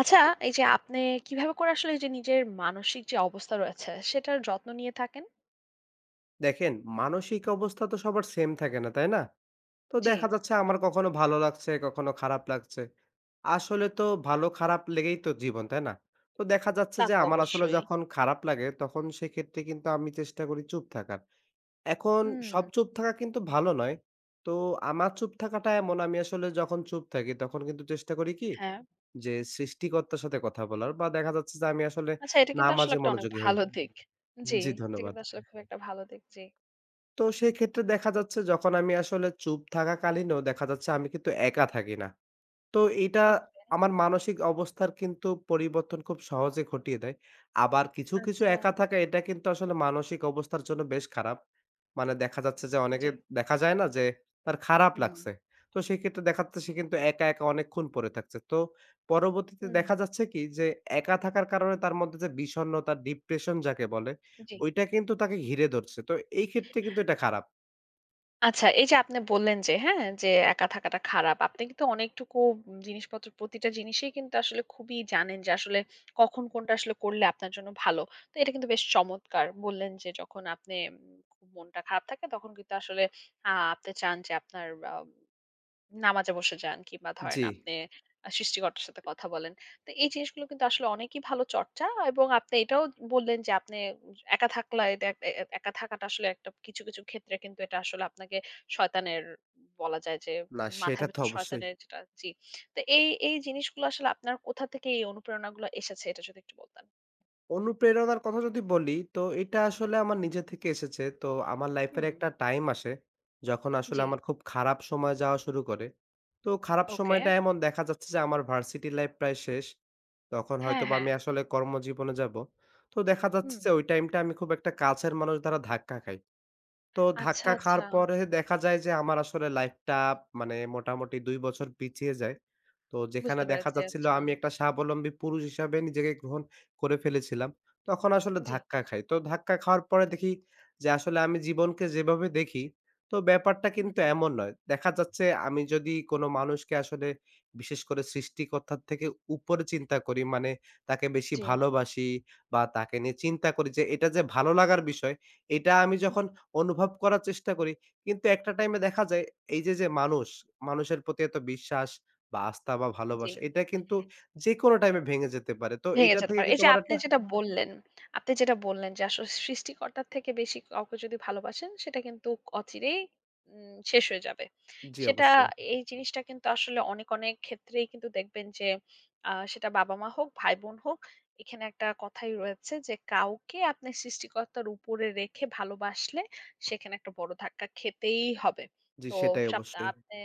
আচ্ছা, এই যে আপনি কিভাবে করে আসলে এই যে নিজের মানসিক যে অবস্থা রয়েছে, সেটার যত্ন নিয়ে থাকেন? দেখেন মানসিক অবস্থা তো সবার সেম থাকে না, তাই না? তো জি, দেখা যাচ্ছে আমার কখনো ভালো লাগছে, কখনো খারাপ লাগছে। আসলে তো ভালো খারাপ লেগেই তো জীবন, তাই না? তো দেখা যাচ্ছে তা যে তো আমার আসলে অবশ্যই। যখন খারাপ লাগে তখন সেক্ষেত্রে কিন্তু আমি চেষ্টা করি চুপ থাকার। এখন হুম, সব চুপ থাকা কিন্তু ভালো নয়। তো আমার চুপ থাকাটা এমন আমি আসলে যখন চুপ থাকি তখন কিন্তু চেষ্টা করি কি হ্যাঁ। যে সৃষ্টিকর্তার সাথে কথা বলার বা দেখা যাচ্ছে যে আমি আসলে আচ্ছা, এটা কিন্তু আসলে নামাজে একটা অনেক মনোযোগী হই। ভালো দিক। জি, জি এটা ধন্যবাদ। কিন্তু আসলে খুব একটা ভালো দিক। জি। তো সেক্ষেত্রে দেখা যাচ্ছে যখন আমি আসলে চুপ থাকাকালীনও দেখা যাচ্ছে আমি কিন্তু একা থাকি না। তো এটা আ আমার মানসিক অবস্থার কিন্তু পরিবর্তন খুব সহজে ঘটিয়ে দেয়। আবার কিছু, কিছু আচ্ছা। একা থাকা এটা কিন্তু আসলে মানসিক অবস্থার জন্য বেশ খারাপ। মানে দেখা যাচ্ছে যে অনেকে জি। দেখা যায় না যে তার খারাপ হুম। লাগছে। তো সেক্ষেত্রে দেখা যাচ্ছে সে কিন্তু একা, একা অনেকক্ষণ পড়ে থাকছে। তো পরবর্তীতে হুম, দেখা যাচ্ছে কি যে একা থাকার কারণে তার মধ্যে যে বিষণ্ণতা, ডিপ্রেশন যাকে বলে জি। ওইটা কিন্তু তাকে ঘিরে ধরছে। তো এই ক্ষেত্রে কিন্তু এটা খারাপ। আচ্ছা, এই যে আপনি বললেন যে হ্যাঁ, যে একা থাকাটা খারাপ। আপনি কিন্তু অনেকটুকু জিনিসপত্র, প্রতিটা জিনিসেই কিন্তু আসলে খুবই জানেন যে আসলে কখন কোনটা আসলে করলে আপনার জন্য ভালো। তো এটা কিন্তু বেশ চমৎকার। বললেন যে যখন আপনি খুব মনটা খারাপ থাকে তখন কিন্তু আসলে আপনি চান যে আপনার আ নামাজে বসে যান কিংবা জি, ধরেন আপনি সৃষ্টিকর্তার সাথে কথা বলেন। তো এই জিনিসগুলো কিন্তু আসলে অনেকই ভালো চর্চা এবং আপনি এটাও বললেন যে আপনি একা থাকলে এটা এক- এ এ একা থাকাটা আসলে একটা কিছু, কিছু ক্ষেত্রে কিন্তু এটা আসলে আপনাকে শয়তানের, বলা যায় যে না মাথার সেটা তো ভেতর অবশ্যই। শয়তানের যেটা। জি। তো এই জিনিসগুলো আসলে আপনার কোথা থেকে এই অনুপ্রেরণাগুলো এসেছে, এটা যদি একটু বলতেন? অনুপ্রেরণার কথা যদি বলি, তো এটা আসলে আমার নিজে থেকে এসেছে। তো আমার লাইফের হুম। একটা টাইম আসে, যখন আসলে জি, আমার খুব খারাপ সময় যাওয়া শুরু করে। তো খারাপ ওকে। সময়টা এমন দেখা যাচ্ছে যে আমার ভার্সিটি লাইফ প্রায় শেষ। তখন হ্যাঁ, হয়তোবা হ্যাঁ। আমি আসলে কর্মজীবনে যাবো। তো দেখা যাচ্ছে হুম। যে ওই টাইমটা আমি খুব একটা কাছের মানুষ দ্বারা ধাক্কা খাই। তো আচ্ছা, ধাক্কা খাওয়ার আচ্ছা। পরে দেখা যায় যে আমার আসলে লাইফটা মানে মোটামুটি ২ বছর পিছিয়ে যায়। তো যেখানে বুঝতে দেখা পেরেছি। যাচ্ছিল আচ্ছা। আমি একটা স্বাবলম্বী পুরুষ হিসাবে নিজেকে গ্রহণ করে ফেলেছিলাম। তখন আসলে জি। ধাক্কা খাই। তো ধাক্কা খাওয়ার পরে দেখি যে আসলে আমি জীবনকে যেভাবে দেখি, তো ব্যাপারটা হুম, কিন্তু এমন নয়। দেখা যাচ্ছে আমি যদি কোনো মানুষকে আসলে বিশেষ করে সৃষ্টিকর্তার থেকে উপরে চিন্তা করি, মানে তাকে বেশি জি, ভালোবাসি বা তাকে নিয়ে চিন্তা করি যে এটা যে ভালো লাগার বিষয়, এটা আমি জি, যখন অনুভব করার চেষ্টা করি, কিন্তু একটা টাইমে দেখা যায় এই যে, যে মানুষ, মানুষের প্রতি এত বিশ্বাস বা আস্থা বা জি। ভালোবাসা এটা কিন্তু যেকোনো টাইমে ভেঙে যেতে পারে। তো ভেঙে এটা যেতে থেকে পারে। এই কিন্তু যে আমার আপনি একটা যেটা বললেন, আপনি যেটা বললেন যে আসলে সৃষ্টিকর্তার থেকে বেশি কাউকে যদি ভালোবাসেন সেটা কিন্তু অচিরেই শেষ হয়ে যাবে। জি সেটা অবশ্যই। এই জিনিসটা কিন্তু আসলে অনেক, অনেক ক্ষেত্রেই কিন্তু দেখবেন যে সেটা বাবা-মা হোক, ভাই-বোন হোক, এখানে একটা কথাই রয়েছে যে কাউকে আপনি সৃষ্টিকর্তার উপরে রেখে ভালোবাসলে সেখানে একটা বড় ধাক্কা খেতেই হবে। জি তো সেটাই সপ্তা অবশ্যই। আপনি,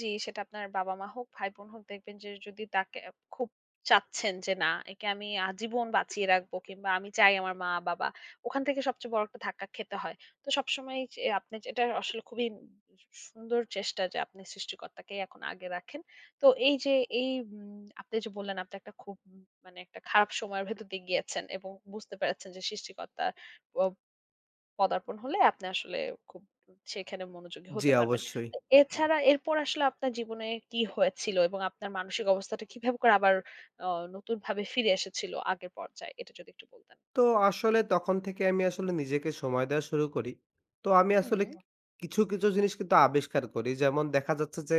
জি, সেটা আপনার বাবা-মা হোক, ভাই-বোন হোক, দেখবেন যে যদি তাকে খুব চাচ্ছেন যে না, একে আমি আজীবন বাঁচিয়ে রাখবো কিংবা আমি চাই আমার মা-বাবা। ওখান থেকে সবচেয়ে বড় একটা ধাক্কা খেতে হয়। তো সবসময় যে আপনি যেটা আসলে খুবই সুন্দর চেষ্টা যে আপনি সৃষ্টিকর্তাকেই এখন আগে রাখেন। তো এই যে এই আপনি যে বললেন আপনি একটা খুব মানে একটা খারাপ সময়ের ভেতর দিয়ে গিয়েছেন এবং বুঝতে পেরেছেন যে সৃষ্টিকর্তার ও পদার্পণ হলে আপনি আসলে খুব সেখানে মনোযোগী জি হতে পারবেন। অবশ্যই। তো এছাড়া এরপর আসলে আপনার জীবনে কি হয়েছিল এবং আপনার মানসিক অবস্থাটা কিভাবে করে আবার আ নতুনভাবে ফিরে এসেছিল আগের পর্যায়ে? এটা যদি একটু বলতেন। তো আসলে তখন থেকে আমি আসলে নিজেকে সময় দেওয়া শুরু করি। তো আমি হুম। আসলে কিছু, কিছু জিনিস কিন্তু আবিষ্কার করি। যেমন দেখা যাচ্ছে যে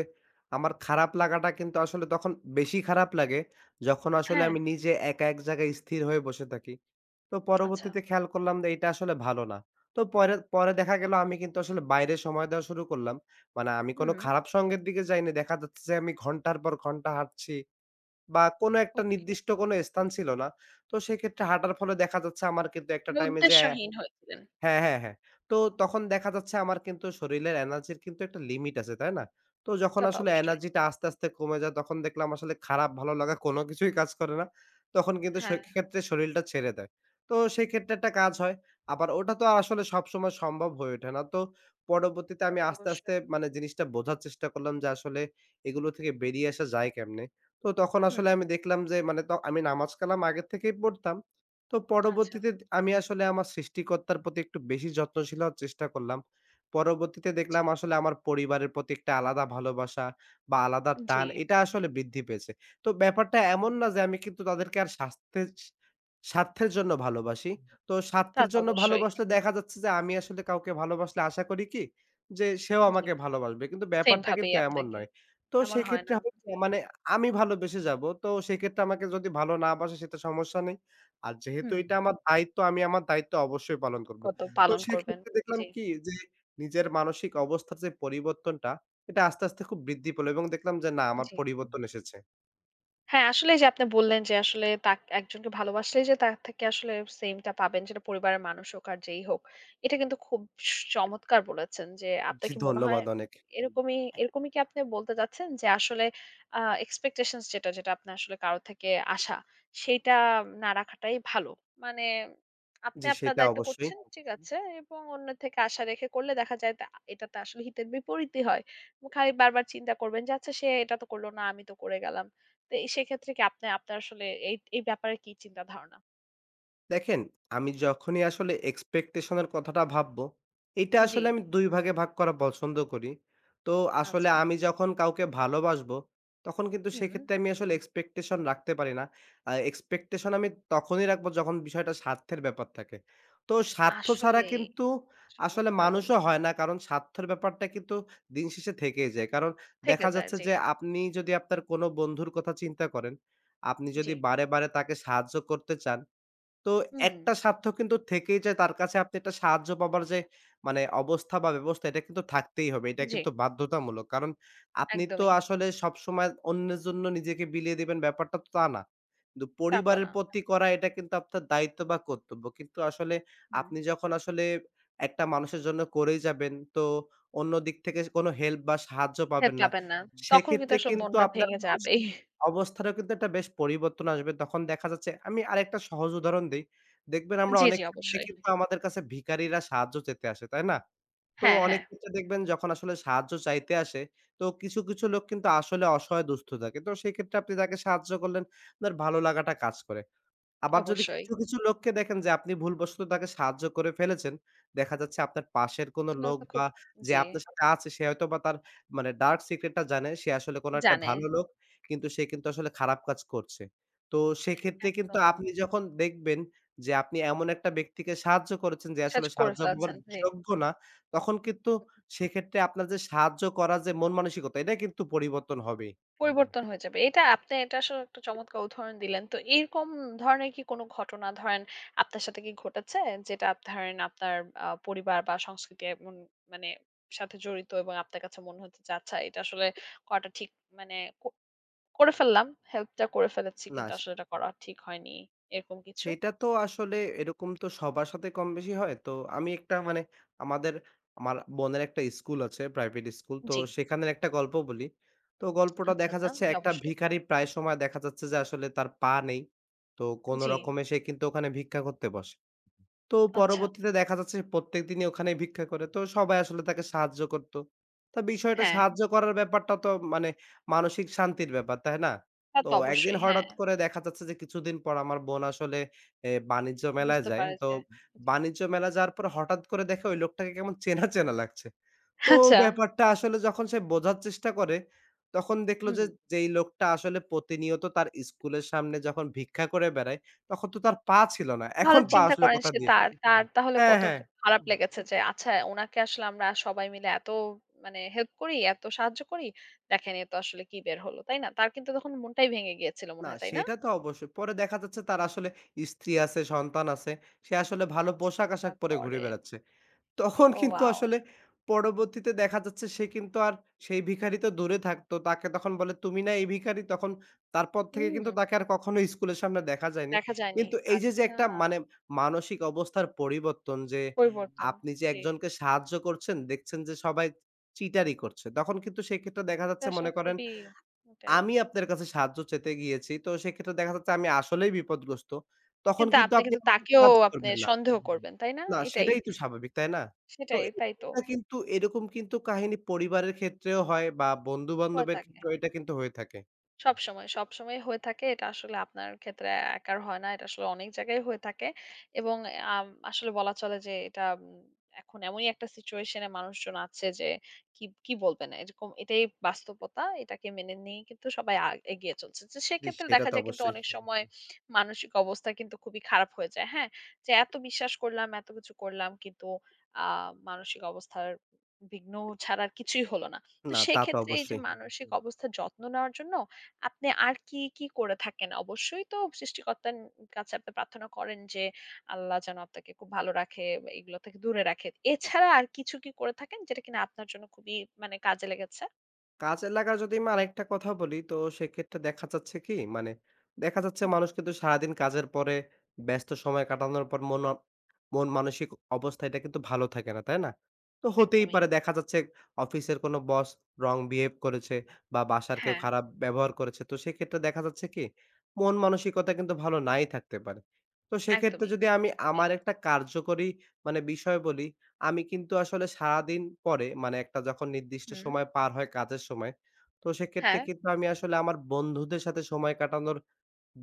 আমার খারাপ লাগাটা কিন্তু আসলে তখন বেশি খারাপ লাগে যখন আসলে হ্যাঁ, আমি নিজে একা এক জায়গায় স্থির হয়ে বসে থাকি। তো আচ্ছা। পরবর্তীতে খেয়াল করলাম যে এটা আসলে ভালো না। তো পরে পরে দেখা গেল আমি কিন্তু আসলে বাইরে সময় দেওয়া শুরু করলাম। মানে আমি কোনো হুম, খারাপ সঙ্গের দিকে যাইনি। দেখা যাচ্ছে যে আমি ঘন্টার পর ঘন্টা হাঁটছি। বা কোনো একটা ওকে। নির্দিষ্ট কোনো স্থান ছিল না। তো সেক্ষেত্রে হাঁটার ফলে দেখা যাচ্ছে আমার কিন্তু একটা মানে টাইমে যেয়ে উদ্দেশ্যহীন হয়েছিলেন। হ্যাঁ, হ্যাঁ, হ্যাঁ। তো তখন দেখা যাচ্ছে আমার কিন্তু শরীরের এনার্জির কিন্তু একটা লিমিট আছে, তাই না? তো যখন তা তো আসলে অবশ্যই। এনার্জিটা আস্তে, আস্তে কমে যায় তখন দেখলাম আসলে খারাপ ভালো লাগা কোনো কিছুই কাজ করে না। তখন কিন্তু হ্যাঁ, সেক্ষেত্রে শরীরটা ছেড়ে দেয়। তো সেক্ষেত্রে একটা হুম, কাজ হয়। আবার ওটা তো আর আসলে সবসময় সম্ভব হয়ে ওঠে না। তো পরবর্তীতে তা আমি তো আস্তে, আস্তে অবশ্যই। মানে জিনিসটা বোঝার চেষ্টা করলাম যে আসলে এগুলো থেকে বেরিয়ে আসা যায় কেমনে? তো তখন হুম, আসলে আমি দেখলাম যে মানে ত আমি নামাজ কালাম আগের থেকেই পড়তাম। তো আচ্ছা। পরবর্তীতে আমি আসলে আমার সৃষ্টিকর্তার প্রতি একটু বেশি যত্নশীল হওয়ার চেষ্টা করলাম। পরবর্তীতে জি, দেখলাম আসলে আমার পরিবারের প্রতি একটা আলাদা ভালোবাসা বা আলাদা জি। টান এটা আসলে বৃদ্ধি পেয়েছে। তো ব্যাপারটা এমন না যে আমি কিন্তু তাদেরকে আর স্বাস্থ্যের স্বার্থের জন্য ভালোবাসি। তো তা স্বার্থের তো জন্য অবশ্যই। ভালোবাসলে দেখা যাচ্ছে যে আমি আসলে কাউকে ভালোবাসলে আশা করি কি যে সেও জি, আমাকে ভালোবাসবে। কিন্তু সেম ব্যাপারটা ভাবেই কিন্তু এমন আপনাকে। নয়। তো এমন হয় সেক্ষেত্রে না হয় কি যে, মানে আমি ভালোবেসে যাবো। তো সেক্ষেত্রে আমাকে যদি ভালো না বাসে সেটা সমস্যা নেই। আর যেহেতু হুম, এটা আমার দায়িত্ব, আমি আমার দায়িত্ব অবশ্যই পালন করব। কত তো পালন করবেন। সেক্ষেত্রে দেখলাম জি, কি যে নিজের মানসিক অবস্থার যে পরিবর্তনটা, এটা আস্তে, আস্তে খুব বৃদ্ধি পেল এবং দেখলাম যে না আমার জি। পরিবর্তন এসেছে। হ্যাঁ, আসলে এই যে আপনি বললেন যে আসলে তাক একজনকে ভালোবাসলেই যে তার থেকে আসলে সেইম টা পাবেন, সেটা পরিবারের মানুষ হোক আর যেই হোক। এটা কিন্তু খুব চমৎকার বলেছেন। যে আপনার জি কি মনে হয়, ধন্যবাদ অনেক। এরকমই এরকমই কি আপনি বলতে চাচ্ছেন যে আসলে আ expectations, যেটা আপনার আসলে কারো থেকে আশা সেইটা না রাখাটাই ভালো। মানে আপনি জি আপনার সেটা দায়িত্ব অবশ্যই। করছেন, ঠিক আছে, এবং অন্যের থেকে আশা রেখে করলে দেখা যায় তা এটাতে আসলে হিতের বিপরীতই হয়। খালি বারবার চিন্তা করবেন যে আচ্ছা সে এটা তো করল না, আমি তো করে গেলাম। তো এই সেক্ষেত্রে কি আপনি আপনার আসলে এই ব্যাপারে কি চিন্তা ধারণা? দেখেন, আমি যখনই আসলে এক্সপেকটেশন এর কথাটা ভাববো, এটা জি, আসলে আমি ২ ভাগে ভাগ করা পছন্দ করি। তো আসলে আচ্ছা। আমি যখন কাউকে ভালোবাসবো, তখন কিন্তু হুম, সেক্ষেত্রে আমি আসলে এক্সপেকটেশন রাখতে পারি না। এক্সপেকটেশন আমি তখনই রাখবো যখন বিষয়টা স্বার্থের ব্যাপার থাকে। তো স্বার্থ ছাড়া আসলেই কিন্তু আসলে চমৎকার মানুষও বললেন। হয় না। কারণ স্বার্থের ব্যাপারটা কিন্তু দিন শেষে থেকেই যায়। কারণ থেকে দেখা যায়, যাচ্ছে জি, যে আপনি যদি আপনার কোনো বন্ধুর কথা চিন্তা করেন, আপনি জি, যদি বারে, বারে তাকে সাহায্য করতে চান, তো হুম, একটা স্বার্থ কিন্তু থেকেই যায় তার কাছে আপনি একটা সাহায্য পাবার যে মানে অবস্থা বা ব্যবস্থা এটা কিন্তু থাকতেই হবে। এটা জি, কিন্তু বাধ্যতামূলক। কারণ আপনি তো একদমই। আসলে সবসময় অন্যের জন্য নিজেকে বিলিয়ে দিবেন ব্যাপারটা তো তা না। কিন্তু তা তো পরিবারের না। প্রতি করা এটা কিন্তু আপনার দায়িত্ব বা কর্তব্য। কিন্তু আসলে হুম, আপনি যখন আসলে একটা মানুষের জন্য করেই যাবেন তো অন্য দিক থেকে কোনো হেল্প বা সাহায্য হেল্প পাবেন না। পাবেন না। তখন কিন্তু সেক্ষেত্রে আসলে কিন্তু মনটা আপনার ভেঙে মানসিক যাবেই। অবস্থারও কিন্তু একটা বেশ পরিবর্তন আসবে। তখন দেখা যাচ্ছে আমি আরেকটা সহজ উদাহরণ দেই। দেখবেন আমরা জি, অনেক জি, ক্ষেত্রে অবশ্যই। কিন্তু আমাদের কাছে ভিখারিরা সাহায্য চেতে আসে, তাই না? তো হ্যাঁ, অনেক হ্যাঁ, ক্ষেত্রে দেখবেন যখন আসলে সাহায্য চাইতে আসে, তো কিছু, কিছু লোক কিন্তু আসলে অসহায় দুস্থ থাকে। তো সেক্ষেত্রে আপনি তাকে সাহায্য করলেন, আপনার ভালো লাগাটা কাজ করে। আবার যদি অবশ্যই। কিছু, কিছু লোককে দেখেন যে আপনি ভুলবশত তাকে সাহায্য করে ফেলেছেন, দেখা যাচ্ছে আপনার পাশের কোনো লোক তো বা খুব, যে জি, আপনার সাথে আছে সে হয়তোবা তার মানে ডার্ক সিক্রেট টা জানে। সে আসলে কোনো একটা জানে। ভালো লোক, কিন্তু সে কিন্তু আসলে খারাপ কাজ করছে। তো সেক্ষেত্রে কিন্তু একদম। আপনি যখন দেখবেন যে আপনি এমন একটা ব্যক্তিকে সাহায্য করেছেন যে আসলে সাহায্য করে সাহায্য পাওয়ার ফেলেছেন। জি। যোগ্য না, তখন কিন্তু সেক্ষেত্রে আপনার যে সাহায্য করার যে মন মানসিকতা এটা কিন্তু পরিবর্তন হবেই। পরিবর্তন হয়ে যাবে। এটা আপনি এটা আসলে একটা চমৎকার উদাহরণ দিলেন। তো এরকম ধরনের কি কোনো ঘটনা, ধরেন আপনার সাথে কি ঘটেছে? যেটা আপ ধরেন আপনার পরিবার বা সংস্কৃতি এমন, মানে সাথে জড়িত এবং আপনার কাছে মনে হচ্ছে যে আচ্ছা এটা আসলে করাটা ঠিক, মানে কো করে ফেললাম। হেল্পটা করে ফেলেছি না। কিন্তু আসলে এটা করা ঠিক হয়নি। এরকম কিছু? সেটা তো আসলে এরকম তো সবার সাথে কম বেশি হয়। তো আমি একটা মানে আমাদের আমার বোনের একটা স্কুল আছে, প্রাইভেট স্কুল। তো জি। সেখানের একটা গল্প বলি। তো গল্পটা আচ্ছা, দেখা আচ্ছা। যাচ্ছে জি, একটা অবশ্যই। ভিখারি প্রায় সময় দেখা যাচ্ছে যে আসলে তার পা নেই। তো কোন জি। রকমে সে কিন্তু ওখানে ভিক্ষা করতে বসে। তো আচ্ছা। পরবর্তীতে দেখা যাচ্ছে প্রত্যেকদিনই ওখানে ভিক্ষা করে। তো সবাই আসলে তাকে সাহায্য করত। তো বিষয়টা হ্যাঁ, সাহায্য করার ব্যাপারটা তো মানে মানসিক শান্তির ব্যাপার, তাই না? তা তো তো একদিন অবশ্যই। হঠাৎ হ্যাঁ, করে দেখা যাচ্ছে যে কিছুদিন পর আমার বোন আসলে এ বাণিজ্য মেলায় বুঝতে যায়। পারে তো যে জি। বাণিজ্য মেলায় যাওয়ার পর হঠাৎ করে দেখে ওই লোকটাকে কেমন চেনা, চেনা লাগছে। তো আচ্ছা। ব্যাপারটা আসলে যখন সে বোঝার চেষ্টা করে, তখন দেখল হুম। যে যেই লোকটা আসলে প্রতিনিয়ত তার স্কুলের সামনে যখন ভিক্ষা করে বেড়ায়, তখন তো তার পা ছিল না। তাহলে, এখন পা চিন্তা আসলো করেন, কোথা সে দিয়ে? তার তার তাহলে হ্যাঁ, কত হ্যাঁ। খারাপ তো লেগেছে যে আচ্ছা উনাকে আসলে আমরা সবাই মিলে এত, মানে হেল্প করি, এত সাহায্য করি। দেখেন, এ তো আসলে কি বের হলো, তাই না? তার কিন্তু তখন মনটাই ভেঙে গিয়েছিল মনে না হয়, তাই না? সেটা তো অবশ্যই। পরে দেখা যাচ্ছে তার আসলে স্ত্রী আছে, সন্তান আছে। সে আসলে ভালো চিন্তা পোশাক-আশাক পরে ঘুরে করেন। বেড়াচ্ছে। তখন ও, কিন্তু ওয়াও! আসলে পরবর্তীতে দেখা যাচ্ছে সে কিন্তু আর সেই ভিখারি তো দূরে থাকতো। তাকে তখন বলে, "তুমি না এই ভিখারি?" তখন তারপর থেকে হুম, কিন্তু তাকে আর কখনো স্কুলের সামনে দেখা যায়নি। দেখা যায়নি। কিন্তু এই যে, যে আচ্ছা, একটা মানে মানসিক অবস্থার পরিবর্তন যে, পরিবর্তন। আপনি যে জি। একজনকে সাহায্য করছেন, দেখছেন যে সবাই চিটারি করছে। তখন কিন্তু সেক্ষেত্রে দেখা এটা যাচ্ছে আসলে মনে করেন খুবই, ওটাই। আমি আপনার কাছে সাহায্য চেতে গিয়েছি। তো সেক্ষেত্রে দেখা যাচ্ছে আমি আসলেই বিপদগ্রস্ত। তখন কিন্তু কিন্তু আপনি আপনি কিন্তু আমাকে তাকেও সাহায্য আপনি করবেন না। সন্দেহ করবেন, তাই না? না, এটাই। সেটাই তো স্বাভাবিক, তাই না? তো সেটাই, এ তাই তো। এটা কিন্তু এরকম কিন্তু কাহিনী পরিবারের ক্ষেত্রেও হয় বা হয়ে বন্ধু-বান্ধবের থাকে। ক্ষেত্রেও এটা কিন্তু হয়ে থাকে। সবসময়, সবসময় হয়ে থাকে। এটা আসলে আপনার ক্ষেত্রে একার হয় না। এটা আসলে অনেক জায়গায় হয়ে থাকে এবং আসলে বলা চলে যে এটা এখন এমনই একটা সিচুয়েশন এ মানুষজন আছে যে কি, কি বলবে না। এরকম, এটাই বাস্তবতা। এটাকে মেনে নিয়েই কিন্তু সবাই এগিয়ে চলছে। তো জি, সেক্ষেত্রে সেটা দেখা তো যায় কিন্তু অবশ্যই। অনেক সময় মানসিক অবস্থা কিন্তু খুবই খারাপ হয়ে যায়। হ্যাঁ? যে এত বিশ্বাস করলাম, এত কিছু করলাম, কিন্তু আ মানসিক অবস্থার বিঘ্ন ছাড়া আর কিছুই হলো না। তো না, তা তো সেক্ষেত্রে এই যে অবশ্যই। মানসিক অবস্থার যত্ন নেওয়ার জন্য আপনি আর কি, কি করে থাকেন? অবশ্যই তো সৃষ্টিকর্তার কাছে আপনি প্রার্থনা করেন যে আল্লাহ যেন আপনাকে খুব ভালো রাখে, এগুলো থেকে দূরে রাখে। এছাড়া আর কিছু কি করে থাকেন যেটা কিনা আপনার জন্য খুবই, মানে কাজে লেগেছে? কাজে লাগার যদি আমি আরেকটা কথা বলি, তো সেক্ষেত্রে দেখা যাচ্ছে কি? মানে দেখা যাচ্ছে হুম, মানুষ কিন্তু সারাদিন কাজের পরে ব্যস্ত সময় কাটানোর পর মন মানসিক অবস্থা এটা কিন্তু ভালো থাকে না, তাই না? তো হতেই একদমই। পারে দেখা যাচ্ছে অফিসের কোনো বস রং বিহেভ করেছে বা বাসার কেউ হ্যাঁ, খারাপ ব্যবহার করেছে। তো সেক্ষেত্রে দেখা যাচ্ছে কি? মন মানসিকতা কিন্তু ভালো নাই থাকতে পারে। তো সেক্ষেত্রে একদমই। যদি এটা তো আমি একদমই। আমার একটা কার্যকরী মানে বিষয় বলি আমি কিন্তু আসলে সারাদিন পরে মানে একটা যখন নির্দিষ্ট হুম, সময় পার হয় কাজের সময়, তো সেক্ষেত্রে হ্যাঁ। কিন্তু আমি আসলে আমার বন্ধুদের সাথে সময় কাটানোর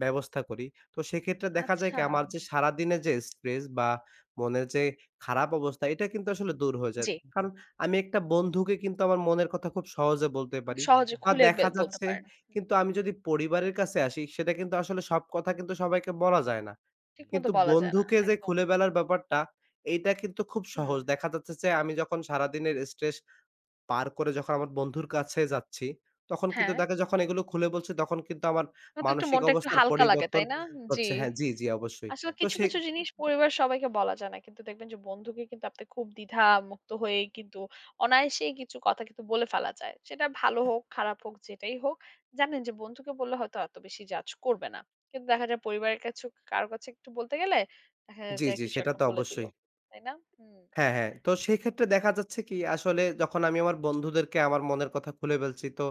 ব্যবস্থা করি। তো সেক্ষেত্রে দেখা যায় কি আচ্ছা। আমার যে সারাদিনের যে স্ট্রেস বা মনের যে খারাপ অবস্থা এটা কিন্তু আসলে দূর হয়ে যায়। জি, কারণ আমি একটা বন্ধুকে কিন্তু আমার মনের কথা খুব সহজে বলতে খুব পারি। সহজে বা খুলে দেখা বলতে যাচ্ছে পারেন। কিন্তু আমি যদি পরিবারের কাছে আসি সেটা কিন্তু আসলে সব কথা কিন্তু সবাইকে বলা যায় না। ঠিকমতো কিন্তু বলা যায় না। বন্ধুকে যে একদম। খুলে বেলার ব্যাপারটা, এইটা কিন্তু খুব হুম, সহজ। দেখা যাচ্ছে যে আমি যখন সারাদিনের স্ট্রেস পার করে যখন আমার বন্ধুর কাছে যাচ্ছি, তখন কিন্তু হ্যাঁ। তাকে যখন এগুলো খুলে বলছি, তখন কিন্তু আমার তখন তো একটু মানসিক মনটা একটু অবস্থার হালকা লাগে, পরিবর্তন তাই না? জি। হচ্ছে হ্যাঁ, জি, জি অবশ্যই। আসলে তো কিছু, সে কিছু জিনিস পরিবারের সবাইকে বলা যায় না। কিন্তু দেখবেন যে বন্ধুকে কিন্তু আপনি খুব দ্বিধামুক্ত হয়ে কিন্তু অনায়াসেই কিছু কথা কিন্তু বলে ফেলা যায়। সেটা ভালো হোক, খারাপ হোক, যেটাই হোক। জানেন যে বন্ধুকে বললে হয়তো এত বেশি জাজ করবে না। কিন্তু দেখা যায় পরিবারের কাছে কারো কাছে একটু বলতে গেলে দেখা জি, যায় জি কিছু সেটা একটা তো বলে দিল। অবশ্যই। তাই না? হুম। হ্যাঁ, হ্যাঁ। তো সেক্ষেত্রে দেখা যাচ্ছে কি আসলে যখন আমি আমার বন্ধুদেরকে আমার মনের কথা খুলে ফেলছি, তো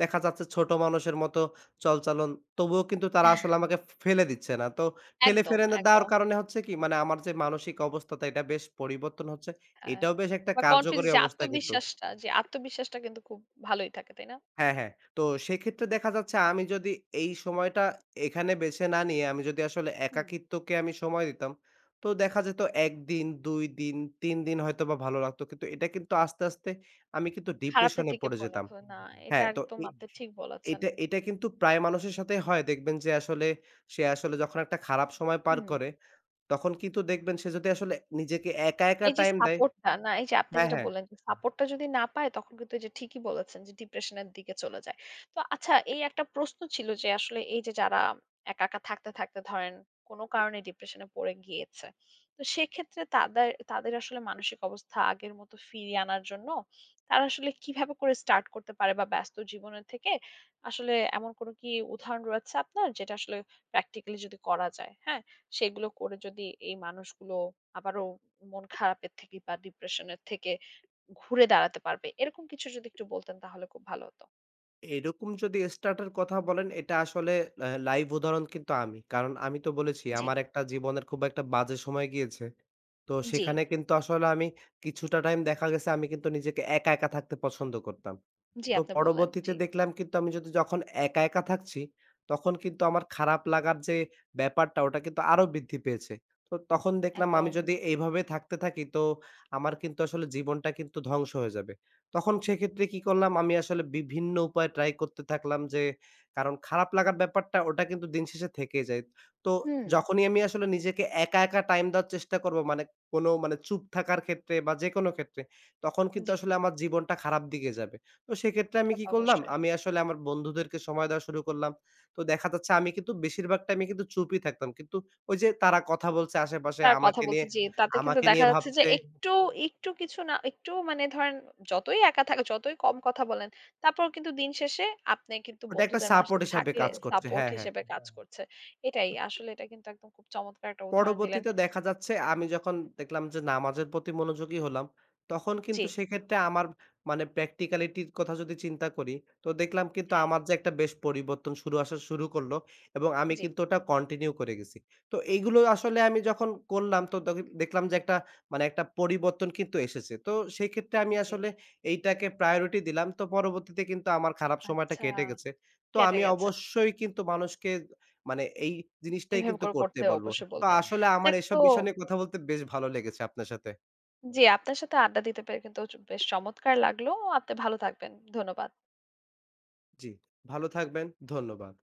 দেখা যাচ্ছে ছোট মানুষের মতো চলচালন তবুও কিন্তু তারা আসলে আমাকে ফেলে দিচ্ছে না। তো ঠেলে একদম, ফেলে না দেওয়ার একদম। কারণে হচ্ছে কি মানে আমার যে মানসিক অবস্থাটা এটা বেশ পরিবর্তন হচ্ছে। হ্যাঁ। এটাও বেশ একটা বা কনফিডেন্স, কার্যকরী যে অবস্থা কিন্তু। আত্মবিশ্বাসটা যে আত্মবিশ্বাসটা কিন্তু খুব ভালোই থাকে। তাই না? হ্যাঁ, হ্যাঁ। তো সেক্ষেত্রে দেখা যাচ্ছে আমি যদি এই সময়টা এখানে বেছে না নিয়ে আমি যদি আসলে হুম। একাকিত্বকে আমি সময় দিতাম, তো দেখা যেত ১ দিন, ২ দিন, ৩ দিন হয়তোবা ভালো লাগতো। কিন্তু এটা কিন্তু আস্তে, আস্তে আমি কিন্তু ডিপ্রেশন খারাপের এ দিকে পড়ে যেতাম। পরিণত হয় না। এটা হ্যাঁ, তো একদম আপনি ঠিক বলেছেন। এটা এটা কিন্তু প্রায় মানুষের সাথেই হয়। দেখবেন যে আসলে সে আসলে যখন একটা খারাপ সময় পার হুম। করে, তখন কিন্তু দেখবেন সে যদি আসলে নিজেকে একা, একা এই যে টাইম দেয় সাপোর্টটা, না এই যে আপনি হ্যাঁ, যেটা হ্যাঁ। বললেন যে সাপোর্টটা যদি না পায় তখন কিন্তু এই যে ঠিকই বলেছেন যে ডিপ্রেশনের দিকে চলে যায়। তো আচ্ছা, এই একটা প্রশ্ন ছিল যে আসলে এই যে যারা একা, একা থাকতে, থাকতে ধরেন কোন কারণে ডিপ্রেশনে পড়ে গিয়েছে। তো সেক্ষেত্রে তাদের তাদের আসলে মানসিক অবস্থা আগের মতো ফিরিয়ে আনার জন্য তারা আসলে কিভাবে করে স্টার্ট করতে পারে বা ব্যস্ত জীবনের থেকে আসলে এমন কোন কি উদাহরণ রয়েছে আপনার যেটা আসলে প্র্যাকটিক্যালি যদি করা যায়? হ্যাঁ? সেগুলো করে যদি এই মানুষগুলো আবারও মন খারাপের থেকে বা ডিপ্রেশনের থেকে ঘুরে দাঁড়াতে পারবে। এরকম কিছু যদি একটু বলতেন তাহলে খুব ভালো হতো। এরকম যদি স্টার্টের কথা বলেন এটা আসলে লাইভ উদাহরণ কিন্তু আমি। কারণ আমি তো বলেছি জি, আমার একটা জীবনের খুব একটা বাজে সময় গিয়েছে। তো জি, সেখানে কিন্তু আসলে আমি কিছুটা টাইম দেখা গেছে আমি কিন্তু নিজেকে একা, একা থাকতে পছন্দ করতাম। জি তো আপনি বললেন। পরবর্তীতে জি, দেখলাম কিন্তু আমি যদি যখন একা, একা থাকছি, তখন কিন্তু আমার খারাপ লাগার যে ব্যাপারটা ওটা কিন্তু আরো বৃদ্ধি পেয়েছে। তো তখন দেখলাম আমি একদম। যদি এইভাবে থাকতে থাকি তো আমার কিন্তু আসলে জীবনটা কিন্তু ধ্বংস হয়ে যাবে। তখন সেক্ষেত্রে কি করলাম আমি আসলে বিভিন্ন উপায় ট্রাই করতে থাকলাম যে কারণ খারাপ লাগার ব্যাপারটা ওটা কিন্তু দিন শেষে থেকেই যায়। তো হুম, যখনই আমি আসলে নিজেকে একা, একা টাইম দেওয়ার চেষ্টা করব মানে কোনো মানে চুপ থাকার ক্ষেত্রে বা যেকোনো ক্ষেত্রে তখন কিন্তু জি, আসলে আমার জীবনটা খারাপ দিকে যাবে। তো সেক্ষেত্রে আমি তা কি তো করলাম, অবশ্যই। আমি আসলে আমার বন্ধুদেরকে সময় দেওয়া শুরু করলাম। তো দেখা যাচ্ছে আমি কিন্তু বেশিরভাগ টাইমে কিন্তু চুপই থাকতাম। কিন্তু ওই যে তারা কথা বলছে আশেপাশে তার কথা আমাকে নিয়ে, বলছে, জি, তাতে কিন্তু আমাকে দেখা নিয়ে যাচ্ছে যে ভাবছে। একটু, একটু কিছু না, একটু মানে ধরেন, যতই একা থাকা, যতই কম কথা বলেন, তারপরেও কিন্তু দিন শেষে আপনি কিন্তু ওটা একটা বন্ধুদের মাঝে সাপোর্ট হিসাবে থাকলে কাজ করছে। সাপোর্ট হ্যাঁ, হ্যাঁ। হিসেবে কাজ করছে। এটাই আসলে, এটা কিন্তু একদম খুব চমৎকার একটা উদাহরণ দিলেন। পরবর্তীতে দেখা যাচ্ছে আমি যখন দেখলাম যে নামাজের প্রতি মনোযোগী হলাম, তখন জি। কিন্তু সেক্ষেত্রে আমার মানে practicality র কথা যদি চিন্তা করি, তো দেখলাম কিন্তু হ্যাঁ, আমার যে একটা বেশ পরিবর্তন শুরু আসা শুরু করলো এবং আমি জি, কিন্তু ওটা কন্টিনিউ করে গেছি। তো এইগুলো আসলে আমি যখন করলাম তো দেখলাম যে একটা মানে একটা পরিবর্তন কিন্তু এসেছে। তো সেক্ষেত্রে আমি জি। আসলে এইটাকে priority দিলাম। তো পরবর্তীতে কিন্তু আমার খারাপ সময়টা আচ্ছা, কেটে গেছে। তো কেটে আমি গেছে। অবশ্যই কিন্তু মানুষকে মানে এই জিনিসটাই এভাবে কিন্তু করে করতে করতে বলব। অবশ্যই তো বলবেন। আসলে আমার যাক তো, এসব বিষয় নিয়ে কথা বলতে বেশ ভালো লেগেছে আপনার সাথে। জি, আপনার সাথে আড্ডা দিতে পেরে কিন্তু বেশ চমৎকার লাগলো। আপনি ভালো থাকবেন। ধন্যবাদ। জি, ভালো থাকবেন। ধন্যবাদ।